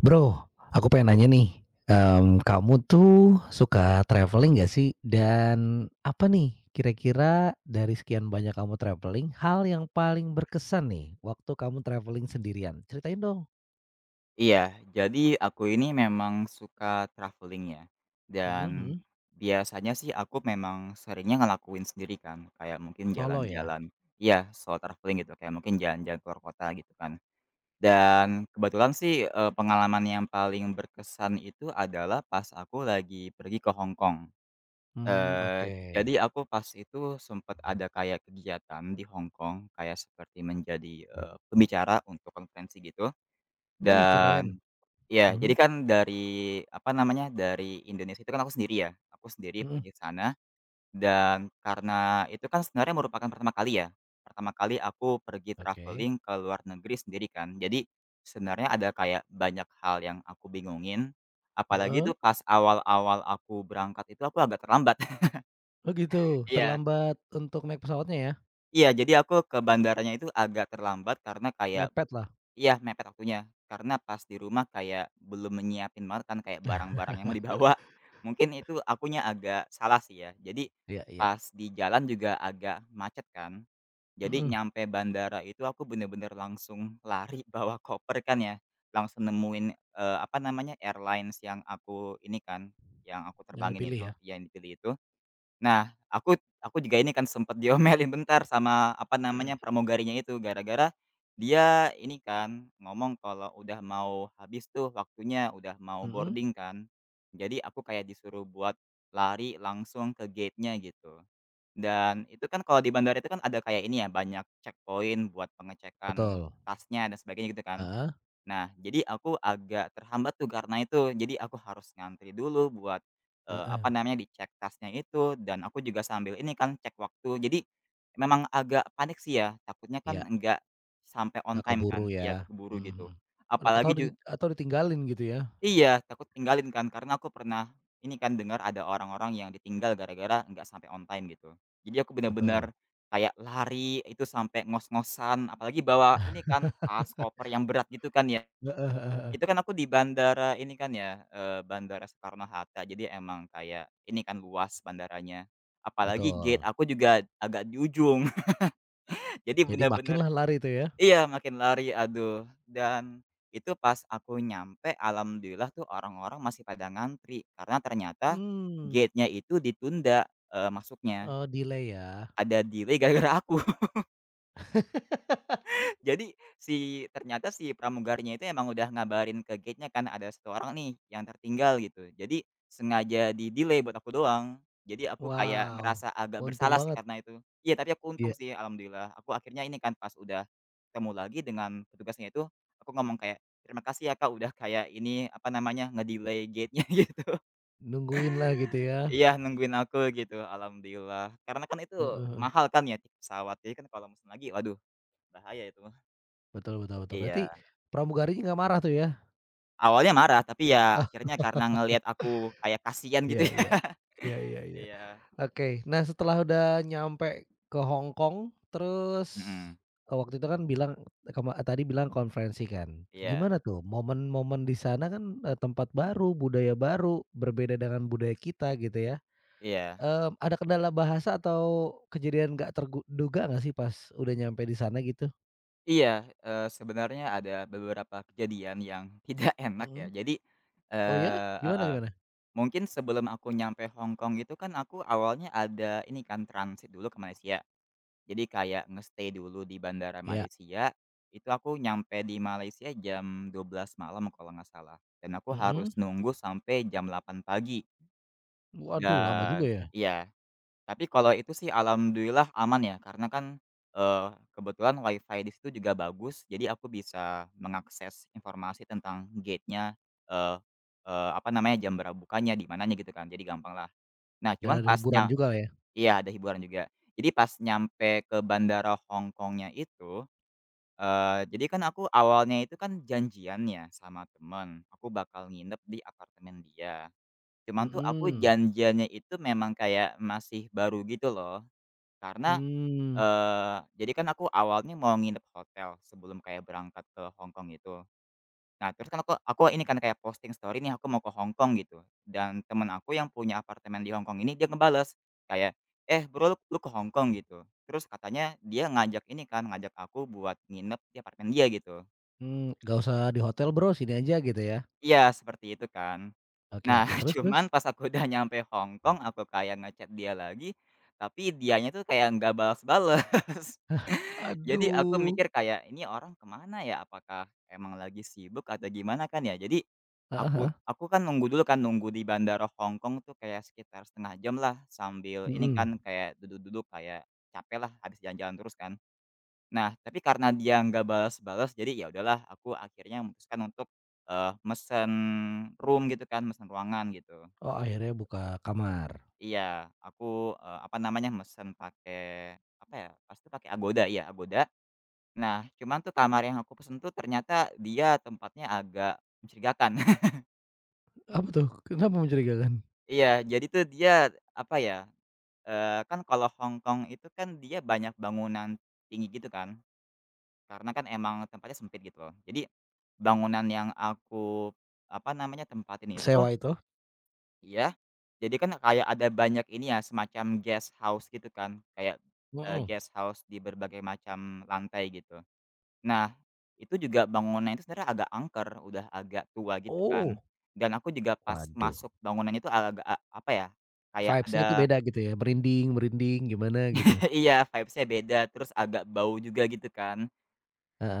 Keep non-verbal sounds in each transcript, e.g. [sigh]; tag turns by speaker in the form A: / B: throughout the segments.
A: Bro, aku pengen nanya nih, kamu tuh suka traveling nggak sih? Dan apa nih kira-kira dari sekian banyak kamu traveling, hal yang paling berkesan nih waktu kamu traveling sendirian? Ceritain dong.
B: Iya, jadi aku ini memang suka traveling ya,
A: Mhm
B: dan
A: mhm.
B: biasanya sih aku memang seringnya ngelakuin sendiri kan, kayak mungkin Mhm.
A: Solo ya?
B: jalan-jalan iya, solo traveling gitu, kayak mungkin jalan-jalan keluar kota gitu kan. Dan kebetulan sih, pengalaman yang paling berkesan itu adalah pas aku lagi pergi ke Hong Kong.
A: Hmm, oke.
B: Jadi aku pas itu sempat ada kayak kegiatan di Hong Kong, kayak seperti menjadi, pembicara untuk konferensi gitu, Mhm.
A: Wih,
B: dan
A: keren.
B: Iya, jadi
A: Mhm
B: kan dari, apa namanya, dari Indonesia itu kan aku sendiri ya, aku sendiri
A: mhm.
B: pergi ke sana dan karena itu kan sebenarnya merupakan pertama kali ya, pertama kali aku pergi
A: Oke.
B: traveling ke luar negeri sendiri kan. Jadi sebenarnya ada kayak banyak hal yang aku bingungin, apalagi
A: Heeh.
B: tuh pas awal-awal aku berangkat itu aku agak terlambat. [laughs]
A: Oh gitu,
B: Iya,
A: terlambat untuk naik pesawatnya ya?
B: iya, jadi aku ke bandaranya itu agak terlambat karena kayak
A: Mepetlah.
B: Iya, mepet waktunya. Karena pas di rumah kayak belum menyiapin banget kan, kayak barang-barang yang mau dibawa, [laughs] mungkin itu akunya agak salah sih ya. Jadi
A: Iya iya.
B: pas di jalan juga agak macet kan. Jadi
A: Mhm.
B: nyampe bandara itu aku bener-bener langsung lari [laughs] bawa koper kan ya. Langsung nemuin, apa namanya, airlines yang aku ini kan, yang aku
A: Yang
B: terbangin
A: dipilih
B: itu,
A: ya?
B: yang dipilih itu. Nah, aku juga ini kan sempat diomelin bentar sama, apa namanya,
A: [clears throat]
B: pramugarinya itu gara-gara dia ini kan ngomong kalau udah mau habis tuh waktunya, udah mau
A: Mhm.
B: boarding kan. Jadi aku kayak disuruh buat lari langsung ke gate-nya gitu. Dan itu kan kalau di bandara itu kan ada kayak ini ya, banyak checkpoint buat pengecekan
A: Betul.
B: tasnya dan sebagainya gitu kan.
A: Heeh
B: Nah, jadi aku agak terhambat tuh karena itu. Jadi aku harus ngantri dulu buat, apa
A: heeh.
B: namanya, dicek tasnya itu dan aku juga sambil ini kan cek waktu. Jadi memang agak panik sih ya, takutnya kan
A: Iya.
B: enggak sampai on
A: Nggak
B: time
A: keburu
B: kan. Iya,
A: ya,
B: keburu
A: mhm mhm.
B: gitu.
A: atau
B: Apalagi
A: di
B: ju
A: atau ditinggalin gitu ya?
B: iya, takut tinggalin kan karena aku pernah ini kan dengar ada orang-orang yang ditinggal gara-gara enggak sampai on time gitu. Jadi aku
A: Betul,
B: benar-benar kayak lari itu sampai ngos-ngosan apalagi bawa ini kan tas, koper yang berat gitu kan ya.
A: heeh heeh heeh,
B: Itu kan aku di bandara ini kan ya, Bandara Soekarno-Hatta, jadi emang kayak ini kan luas bandaranya. Apalagi gate
A: betul.
B: aku juga agak di ujung, [laughs] jadi
A: Jadi
B: bener-bener
A: makinlah lari itu ya?
B: iya, makin lari, aduh. Dan itu pas aku nyampe, alhamdulillah tuh orang-orang masih pada ngantri, karena ternyata
A: Mmm,
B: gate-nya itu ditunda, masuknya.
A: oh delay ya?
B: Ada delay [laughs] gara-gara aku. Jadi si ternyata si pramugarinya itu emang udah ngabarin ke gate-nya kan ada satu orang nih yang tertinggal gitu. Jadi sengaja di-delay buat aku doang. Jadi aku kayak
A: Wow,
B: ngerasa agak
A: untung
B: bersalah sih
A: banget,
B: karena itu. Iya, tapi aku untung
A: iya,
B: sih alhamdulillah. Aku akhirnya ini kan pas udah ketemu lagi dengan petugasnya itu, aku ngomong kayak, "Terima kasih ya Kak udah kayak ini, apa namanya, nge-delay gate-nya," [laughs] gitu.
A: nungguin lah gitu ya?
B: Iya, nungguin aku gitu, alhamdulillah. Karena kan itu
A: Heeh heeh,
B: mahal kan ya tiket pesawat. Jadi kan kalau mesen lagi, waduh bahaya itu
A: betul betul betul. Berarti
B: Iya.
A: pramugarinya nggak marah tuh ya?
B: Awalnya marah, tapi ya akhirnya karena ngelihat aku kayak kasihan
A: Iya
B: gitu ya.
A: iya.
B: [laughs]
A: Iya iya iya.
B: Iya.
A: Oke, nah setelah udah nyampe ke Hong Kong, terus,
B: Mhm.
A: waktu itu kan bilang tadi bilang konferensi kan.
B: Iya
A: Gimana tuh momen-momen di sana kan, tempat baru, budaya baru, berbeda dengan budaya kita gitu ya.
B: iya
A: Ada kendala bahasa atau kejadian nggak terduga duga nggak sih pas udah nyampe di sana gitu?
B: iya, sebenarnya ada beberapa kejadian yang [laughs] tidak enak ya.
A: Mhm.
B: Jadi,
A: Oh ya?
B: eee
A: Gimana
B: heeh,
A: gimana?
B: mungkin sebelum aku nyampe Hong Kong itu kan aku awalnya ada ini kan transit dulu ke Malaysia. Jadi kayak nge-stay dulu di bandara
A: Ya.
B: Malaysia, itu aku nyampe di Malaysia jam 12 malam kalau nggak salah, dan aku
A: Mhm.
B: harus nunggu sampai jam 8 pagi
A: Waduh lama juga
B: dan
A: ya,
B: iya. Tapi kalau itu sih alhamdulillah aman ya, karena kan, eee, kebetulan WiFi di situ juga bagus, jadi aku bisa mengakses informasi tentang gate-nya, eee eee, apa namanya, jam berapa bukanya, di mananya gitu kan, jadi gampang lah Nah,
A: dan
B: cuman
A: ada hiburan
B: pasnya
A: juga lah ya?
B: iya, ada hiburan juga. Jadi pas nyampe ke bandara Hong Kongnya itu, jadi kan aku awalnya itu kan janjian ya sama temen, aku bakal nginep di apartemen dia. Cuman tuh aku
A: Mhm.
B: janjiannya itu memang kayak masih baru gitu loh. Karena,
A: Hmm.
B: jadi kan aku awalnya mau nginep hotel sebelum kayak berangkat ke Hong Kong itu. Nah, terus kan aku ini kan kayak posting story nih aku mau ke Hong Kong gitu, dan temen aku yang punya apartemen di Hong Kong ini dia ngebales kayak, "Eh, bro, lu lu ke Hong Kong?" gitu. Terus katanya dia ngajak ini kan, ngajak aku buat nginep di apartemen dia gitu.
A: Mmm, nggak usah di hotel Bro, sini aja gitu ya?
B: Iya, seperti itu kan.
A: Oke
B: Nah,
A: oke,
B: [laughs]
A: terus terus?
B: cuman pas aku udah nyampe Hong Kong, aku kayak ngechat dia lagi, tapi dianya tuh kayak nggak balas-balas. [laughs] Jadi aku
A: Aduh.
B: mikir kayak, "Ini orang kemana ya? Apakah emang lagi sibuk atau gimana kan ya?" Jadi
A: Heeh
B: aku
A: heeh,
B: aku kan nunggu dulu kan, nunggu di bandara Hong Kong tuh kayak sekitar setengah jam lah, sambil ini
A: mhm.
B: kan kayak duduk-duduk, kayak capek lah habis jalan-jalan terus kan. Nah, tapi karena dia nggak balas-balas jadi ya udahlah aku akhirnya memutuskan untuk, mesen room gitu kan, mesen ruangan gitu.
A: Oh akhirnya buka kamar?
B: Iya, aku, apa namanya, mesen pakai apa ya, pas itu pakai Agoda, iya Agoda. Nah, cuman tuh kamar yang aku pesen tuh ternyata dia tempatnya agak mencurigakan. [laughs]
A: Apa tuh? Kenapa mencurigakan?
B: Iya, jadi tuh dia apa ya, kan kalau Hong Kong itu kan dia banyak bangunan tinggi gitu kan. Karena kan emang tempatnya sempit gitu loh. Jadi, bangunan yang aku, apa namanya, tempatin itu
A: Sewa itu?
B: ya jadi kan kayak ada banyak ini ya, semacam guest house gitu kan, kayak,
A: Mhm.
B: guest house di berbagai macam lantai gitu. Nah, itu juga bangunan itu sebenarnya agak angker, udah agak tua gitu kan,
A: Oh,
B: dan aku juga pas
A: waduh,
B: masuk bangunan itu agak, apa ya, kayak
A: vibes-nya itu
B: ada
A: beda gitu ya, merinding-merinding gimana gitu?
B: [laughs] iya, vibesnya beda, terus agak bau juga gitu kan,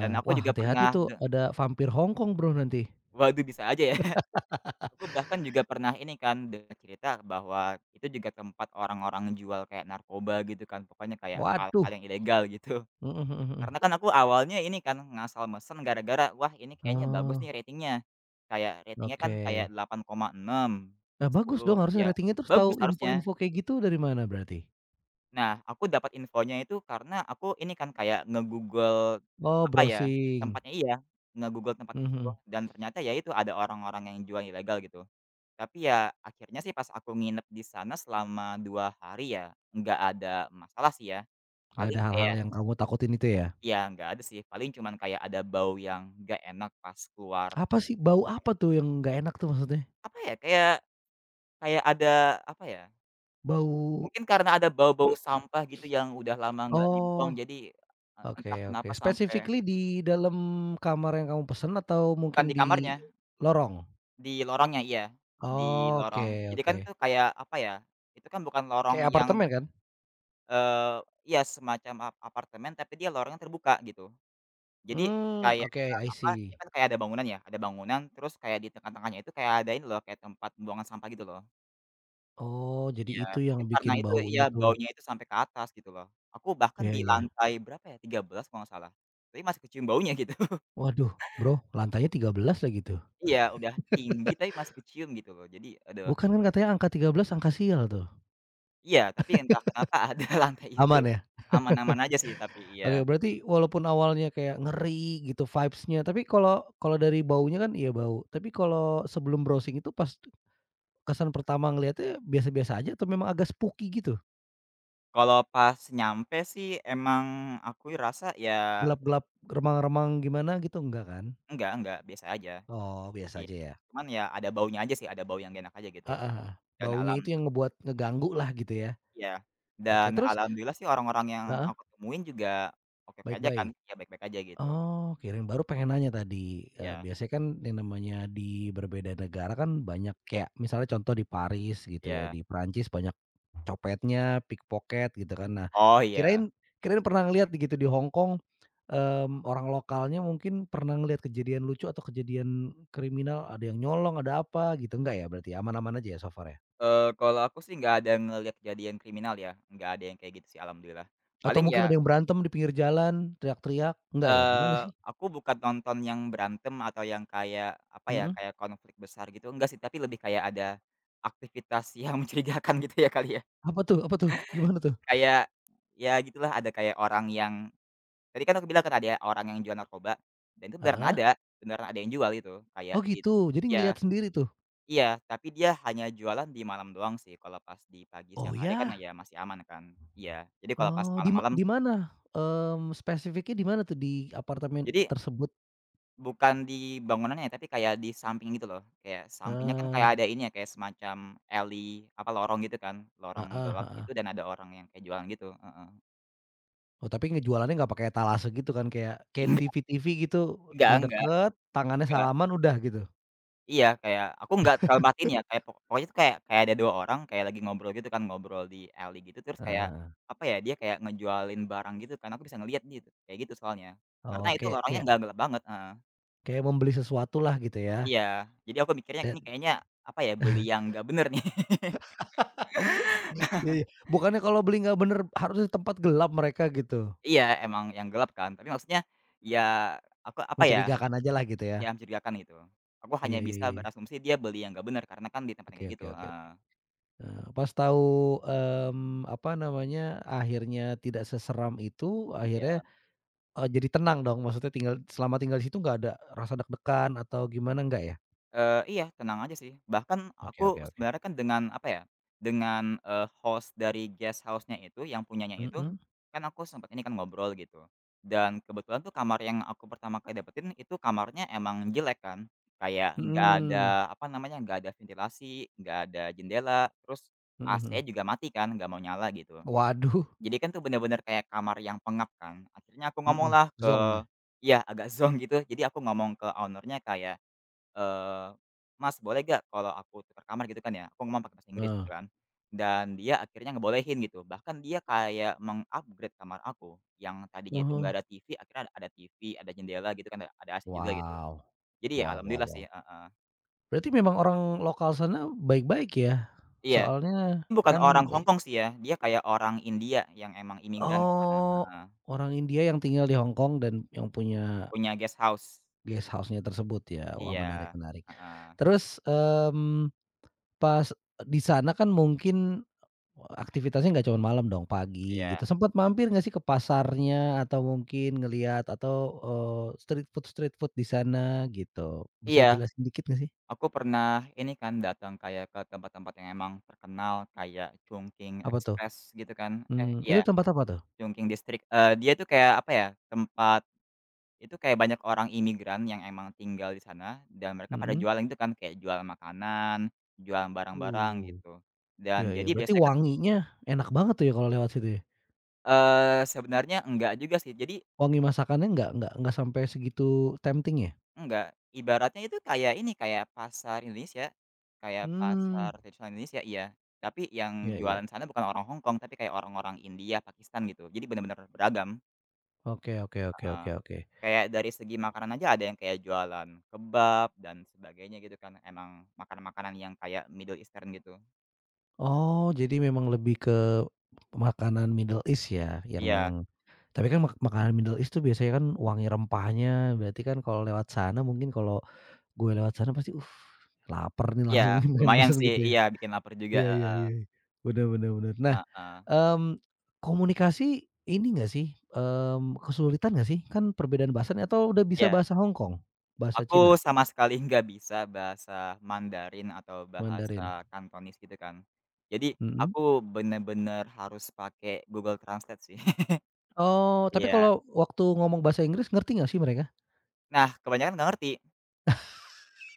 B: dan aku
A: Wah
B: juga
A: hati-hati
B: pernah
A: tuh
B: de
A: ada vampir Hongkong Bro nanti.
B: waduh bisa aja ya. Aku bahkan juga pernah ini kan dengar cerita bahwa itu juga tempat orang-orang jual kayak narkoba gitu kan, pokoknya kayak
A: Waduh.
B: hal-hal yang ilegal gitu.
A: Mhm mhm mhm.
B: Karena kan aku awalnya ini kan ngasal mesen gara-gara, wah ini kayaknya bagus
A: Oh,
B: nih ratingnya. Kayak ratingnya kan
A: oke.
B: kayak 8,6,
A: Nah bagus dong
B: 10
A: harusnya
B: ya
A: ratingnya, terus tahu
B: bagus harusnya.
A: info-info kayak gitu dari mana berarti?
B: Nah, aku dapat infonya itu karena aku ini kan kayak nge-Google
A: Oh
B: apa ya,
A: browsing.
B: tempatnya iya, nge-Google tempat
A: Mhm
B: itu
A: mhm.
B: dan ternyata ya itu ada orang-orang yang jual ilegal gitu. Tapi ya akhirnya sih pas aku nginep di sana selama 2 hari ya, nggak ada masalah sih ya,
A: Nggak ada
B: paling
A: hal-hal
B: kayak
A: yang kamu takutin itu ya?
B: ya nggak ada sih, paling cuman kayak ada bau yang nggak enak pas keluar
A: Apa sih, bau apa
B: kamar.
A: tuh yang nggak enak tuh maksudnya?
B: Apa ya, kayak kayak ada apa ya,
A: Bau,
B: mungkin karena ada bau-bau sampah gitu yang udah lama nggak dibuang
A: oh,
B: jadi,
A: oke
B: entah
A: oke.
B: kenapa sampai
A: Specifically di dalam kamar yang kamu pesen atau
B: bukan
A: mungkin
B: di
A: di
B: kamarnya,
A: lorong?
B: di lorongnya iya, di
A: Oke
B: lorong. Jadi
A: oke.
B: kan tuh kayak apa ya, itu kan bukan lorong
A: Kayak
B: yang,
A: apartemen kan?
B: eee, ya semacam apartemen tapi dia lorongnya terbuka gitu. Jadi
A: Mmm,
B: kayak,
A: oke, I
B: apa,
A: see.
B: dia kan kayak ada bangunan ya, ada bangunan terus kayak di tengah-tengahnya itu kayak ada ini loh, kayak tempat pembuangan sampah gitu loh.
A: Oh, jadi
B: Iya,
A: itu yang
B: mungkin karena
A: bikin
B: itu iya,
A: baunya tuh.
B: baunya itu sampai ke atas gitu loh. Aku bahkan
A: Iya
B: di
A: iya.
B: lantai berapa ya, 13 kalau nggak salah, tapi masih kecium baunya gitu. [laughs]
A: Waduh, Bro, lantainya 13 lagi tuh.
B: Iya, udah tinggi tapi masih kecium gitu loh. Jadi aduh,
A: Bukan, kan katanya angka 13 angka sial tuh.
B: iya, tapi entah kenapa [laughs] ada lantai itu.
A: Aman ya?
B: Aman-aman aja sih tapi, iya.
A: Oke, berarti walaupun awalnya kayak ngeri gitu vibes-nya, tapi kalau kalau dari baunya kan iya bau, tapi kalau sebelum browsing itu pas kesan pertama ngelihatnya biasa-biasa aja atau memang agak spooky gitu?
B: Kalau pas nyampe sih emang aku rasa ya
A: Gelap-gelap, remang-remang gimana gitu enggak kan?
B: enggak, biasa aja.
A: Oh, biasa
B: Iya,
A: aja ya?
B: cuman ya ada baunya aja sih, ada bau yang nggak enak aja gitu,
A: Heeh heeh.
B: dan
A: Baunya
B: alam
A: itu yang ngebuat ngeganggu lah gitu ya?
B: iya, dan
A: Oke, terus,
B: alhamdulillah sih orang-orang yang
A: heeh,
B: aku temuin juga oke-oke aja kan,
A: baik-baik.
B: ya baik-baik aja gitu.
A: Oh, kirain baru pengen nanya tadi,
B: Iya
A: biasanya kan yang namanya di berbeda negara kan banyak kayak misalnya contoh di Paris gitu ya,
B: iya.
A: di Perancis banyak copetnya, pickpocket gitu kan. Nah,
B: Oh iya,
A: kirain kirain pernah ngelihat gitu di Hong Kong, orang lokalnya mungkin pernah ngelihat kejadian lucu atau kejadian kriminal, ada yang nyolong, ada apa gitu, enggak ya berarti ya? Aman-aman aja ya so far ya?
B: kalau aku sih nggak ada ngelihat kejadian kriminal ya, nggak ada yang kayak gitu sih alhamdulillah.
A: Atau
B: Paling
A: mungkin ada
B: ya,
A: yang berantem di pinggir jalan, teriak-teriak, enggak ya gimana sih?
B: aku bukan nonton yang berantem atau yang kayak, apa ya,
A: Mhm.
B: kayak konflik besar gitu, enggak sih, tapi lebih kayak ada aktivitas [laughs] yang mencurigakan gitu ya kali ya,
A: Apa tuh apa tuh? Gimana tuh?
B: kayak ya gitulah ada kayak orang yang Tadi kan aku bilang kan ada orang yang jual narkoba, dan itu
A: Heeh.
B: beneran ada yang jual itu,
A: Oh
B: kayak di
A: gitu, jadi
B: iya
A: ngelihat sendiri tuh?
B: iya, tapi dia hanya jualan di malam doang sih, kalau pas di pagi
A: Oh
B: siang hari kan
A: ya?
B: ya masih aman kan. Iya, jadi kalau pas
A: Oh
B: malam-malam
A: di mana? Spesifiknya di mana tuh di apartemen
B: jadi
A: tersebut?
B: bukan di bangunannya ya, tapi kayak di samping gitu loh, kayak sampingnya kan kayak
A: Eee,
B: ada ini ya, kayak semacam alley, apa, lorong gitu kan, lorong
A: heeh
B: gelap
A: heeh.
B: itu dan ada orang yang kayak jualan gitu, heeh.
A: Oh, tapi ngejualannya nggak pakai etalase gitu kan, kayak kayak di
B: Enggak
A: TV-TV gitu,
B: enggak enggak
A: ngedeket, tangannya
B: enggak.
A: salaman udah gitu?
B: Iya, kayak aku nggak terlalu matiin ya, kayak pokoknya tuh kayak kayak ada 2 orang kayak lagi ngobrol gitu kan, ngobrol di alley gitu, terus kayak,
A: Heeh,
B: apa ya, dia kayak ngejualin barang gitu kan, aku bisa ngelihat gitu, kayak gitu soalnya.
A: oh
B: Karena itu
A: kayak
B: lorongnya
A: kayak
B: nggak gelap banget, heeh.
A: kayak membeli sesuatu lah gitu ya,
B: Iya, jadi aku mikirnya
A: dan
B: ini kayaknya, apa ya, beli
A: [laughs]
B: yang nggak bener nih. [laughs]
A: iya iya, bukannya kalau beli nggak bener harusnya di tempat gelap mereka gitu,
B: Iya, emang yang gelap kan, tapi maksudnya, ya aku, apa ya,
A: mencurigakan aja lah gitu ya?
B: ya mencurigakan gitu. Aku
A: Iya
B: hanya
A: iya iya
B: bisa
A: iya,
B: berasumsi dia beli yang nggak bener, karena kan di tempatnya
A: oke
B: kayak
A: oke
B: gitu,
A: oke oke.
B: heeh,
A: Pas tahu, apa namanya, akhirnya tidak seseram itu, akhirnya,
B: iya.
A: jadi tenang dong? Maksudnya tinggal selama tinggal di situ nggak ada rasa deg-degan atau gimana, nggak ya?
B: Iya tenang aja sih, bahkan
A: Oke oke
B: aku
A: oke,
B: sebenarnya kan dengan apa ya, dengan, host dari guest house-nya itu yang punyanya itu,
A: mhm.
B: kan aku sempet ini kan ngobrol gitu, dan kebetulan tuh kamar yang aku pertama kali dapetin itu kamarnya emang jelek kan, kayak nggak
A: Mhm,
B: ada apa namanya, nggak ada ventilasi, nggak ada jendela, terus
A: mhm
B: AC-nya
A: mhm.
B: juga mati kan, nggak mau nyala gitu.
A: Waduh,
B: Jadi kan tuh bener-bener kayak kamar yang pengap kan, akhirnya aku
A: mhm,
B: ngomonglah
A: zonk
B: ke
A: ya?
B: iya agak [laughs] zonk gitu, jadi aku ngomong ke owner-nya kayak Eee, "Mas boleh gak kalau aku tukar kamar?" gitu kan ya, aku ngomong pakai bahasa Inggris gitu
A: Heeh,
B: kan, dan dia akhirnya ngebolehin gitu, bahkan dia kayak meng-upgrade kamar aku, yang tadinya
A: ah
B: itu
A: hah.
B: nggak ada TV akhirnya ada TV, ada jendela gitu kan, ada AC juga gitu.
A: Wow,
B: Jadi ya
A: wow wow
B: alhamdulillah sih,
A: wow.
B: heeh.
A: Berarti memang orang lokal sana baik-baik ya?
B: Iya,
A: Soalnya
B: bukan
A: kan
B: orang Hongkong sih ya, dia kayak orang India yang emang imigran ke sana,
A: oh,
B: heeh,
A: orang India yang tinggal di Hong Kong dan yang punya
B: punya guest house.
A: guest house-nya tersebut ya? Wah, menarik
B: Iya,
A: menarik.
B: heeh,
A: Terus, pas di sana kan mungkin aktivitasnya nggak cuma malam dong, pagi
B: iya.
A: gitu. Sempat mampir nggak sih ke pasarnya atau mungkin ngelihat atau, eee, street food-street food di sana gitu? Bisa
B: Iya.
A: jelasin dikit nggak sih?
B: Aku pernah ini kan datang kayak ke tempat-tempat yang emang terkenal kayak Chungking
A: Apa tuh?
B: Express gitu kan, eh,
A: Itu
B: iya
A: tempat apa tuh?
B: Chungking District, dia tuh kayak apa ya, tempat itu kayak banyak orang imigran yang emang tinggal di sana dan mereka pada
A: Mhm.
B: jualan gitu kan, kayak jualan makanan, jualan barang-barang
A: Uh,
B: gitu.
A: iya
B: Dan
A: iya,
B: jadi
A: berarti
B: biasanya kan
A: wanginya enak banget tuh ya kalau lewat situ ya?
B: sebenarnya enggak juga sih, jadi
A: Wangi masakannya nggak sampai segitu tempting ya?
B: Enggak, ibaratnya itu kayak ini, kayak pasar Indonesia, kayak
A: Mmm,
B: pasar tradisional Indonesia iya. Tapi yang
A: iya iya.
B: jualan sana bukan orang Hong Kong, tapi kayak orang-orang India, Pakistan gitu. Jadi bener-bener beragam,
A: Oke oke oke
B: heeh.
A: oke oke.
B: Kayak dari segi makanan aja ada yang kayak jualan kebab dan sebagainya gitu kan, emang makanan-makanan yang kayak Middle Eastern gitu.
A: Oh, jadi memang lebih ke makanan Middle East ya, yang
B: Iya
A: tapi kan makanan Middle East tuh biasanya kan wangi rempahnya, berarti kan kalau lewat sana mungkin kalau gue lewat sana pasti, lapar nih
B: iya,
A: langsung [laughs] nih, pengen
B: lumayan
A: mesen,"
B: sih,
A: gitu ya?
B: iya bikin lapar juga,
A: Iya iya
B: heeh,
A: iya, benar benar benar. Nah,
B: heeh,
A: mmm, komunikasi ini nggak sih, kesulitan nggak sih? Kan perbedaan bahasa nih atau udah bisa
B: iya.
A: bahasa Hongkong? Bahasa Cina?
B: Aku sama sekali nggak bisa bahasa Mandarin atau
A: Mandarin?
B: bahasa Kantonis gitu kan. Jadi
A: Mhm.
B: aku bener-bener harus pakai Google Translate sih. [laughs]
A: Oh, tapi
B: Iya.
A: kalau waktu ngomong bahasa Inggris ngerti nggak sih mereka?
B: Nah, kebanyakan nggak ngerti.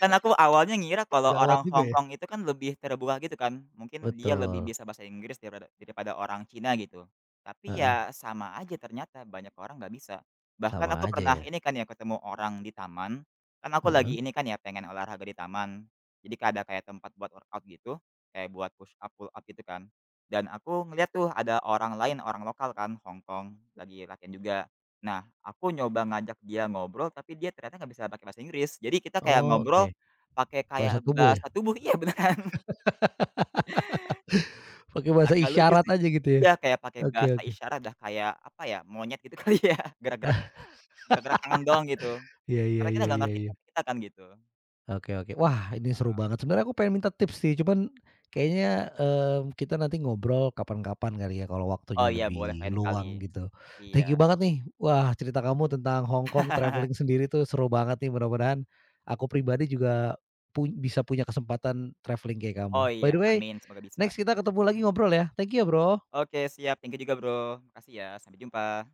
B: Kan aku awalnya ngira kalau
A: Gawat
B: orang
A: juga
B: Hong
A: ya?
B: Kong itu kan lebih terbuka gitu kan, mungkin dia lebih
A: Betul,
B: bisa bahasa Inggris daripada daripada orang Cina gitu. Tapi
A: heeh,
B: ya sama aja ternyata banyak orang nggak bisa. Bahkan
A: sama
B: aku
A: aja
B: pernah
A: ya,
B: ini kan ya ketemu orang di taman, kan aku
A: heeh,
B: lagi ini kan ya pengen olahraga di taman. Jadi ka ada kayak tempat buat workout gitu, kayak buat push up, pull up gitu kan. Dan aku ngelihat tuh ada orang lain, orang lokal kan Hong Kong lagi latihan juga. Nah, aku nyoba ngajak dia ngobrol tapi dia ternyata nggak bisa pakai bahasa Inggris. Jadi kita kayak
A: oh
B: ngobrol
A: oke,
B: pakai kayak
A: bahasa tubuh ya?
B: bahasa tubuh iya beneran,
A: Pakai
B: [laughs]
A: bahasa
B: agak lucu
A: isyarat
B: sih.
A: aja gitu ya?
B: Iya kayak pakai
A: Oke
B: bahasa
A: oke,
B: isyarat dah kayak apa ya, monyet gitu [laughs] kali ya, gerak-gerak
A: ah,
B: gerak-gerak tangan doang gitu.
A: iya iya
B: Karena kita
A: iya
B: nggak
A: iya
B: ngerti
A: iya,
B: hati kita kan gitu.
A: oke oke, wah ini seru banget sebenarnya aku pengen minta tips sih, cuman kayaknya, kita nanti ngobrol kapan-kapan kali ya kalau
B: Oh
A: waktunya
B: iya boleh
A: lebih
B: lain kali.
A: luang gitu.
B: Iya.
A: Thank you banget nih, wah cerita kamu tentang Hongkong traveling sendiri tuh seru banget nih, mudah-mudahan aku pribadi juga pun bisa punya kesempatan traveling kayak kamu.
B: Oh
A: By
B: iya
A: the way,
B: amin semoga bisa.
A: next kita ketemu lagi ngobrol ya. Thank you ya, Bro.
B: Oke siap thank you juga Bro, makasih ya, sampai jumpa.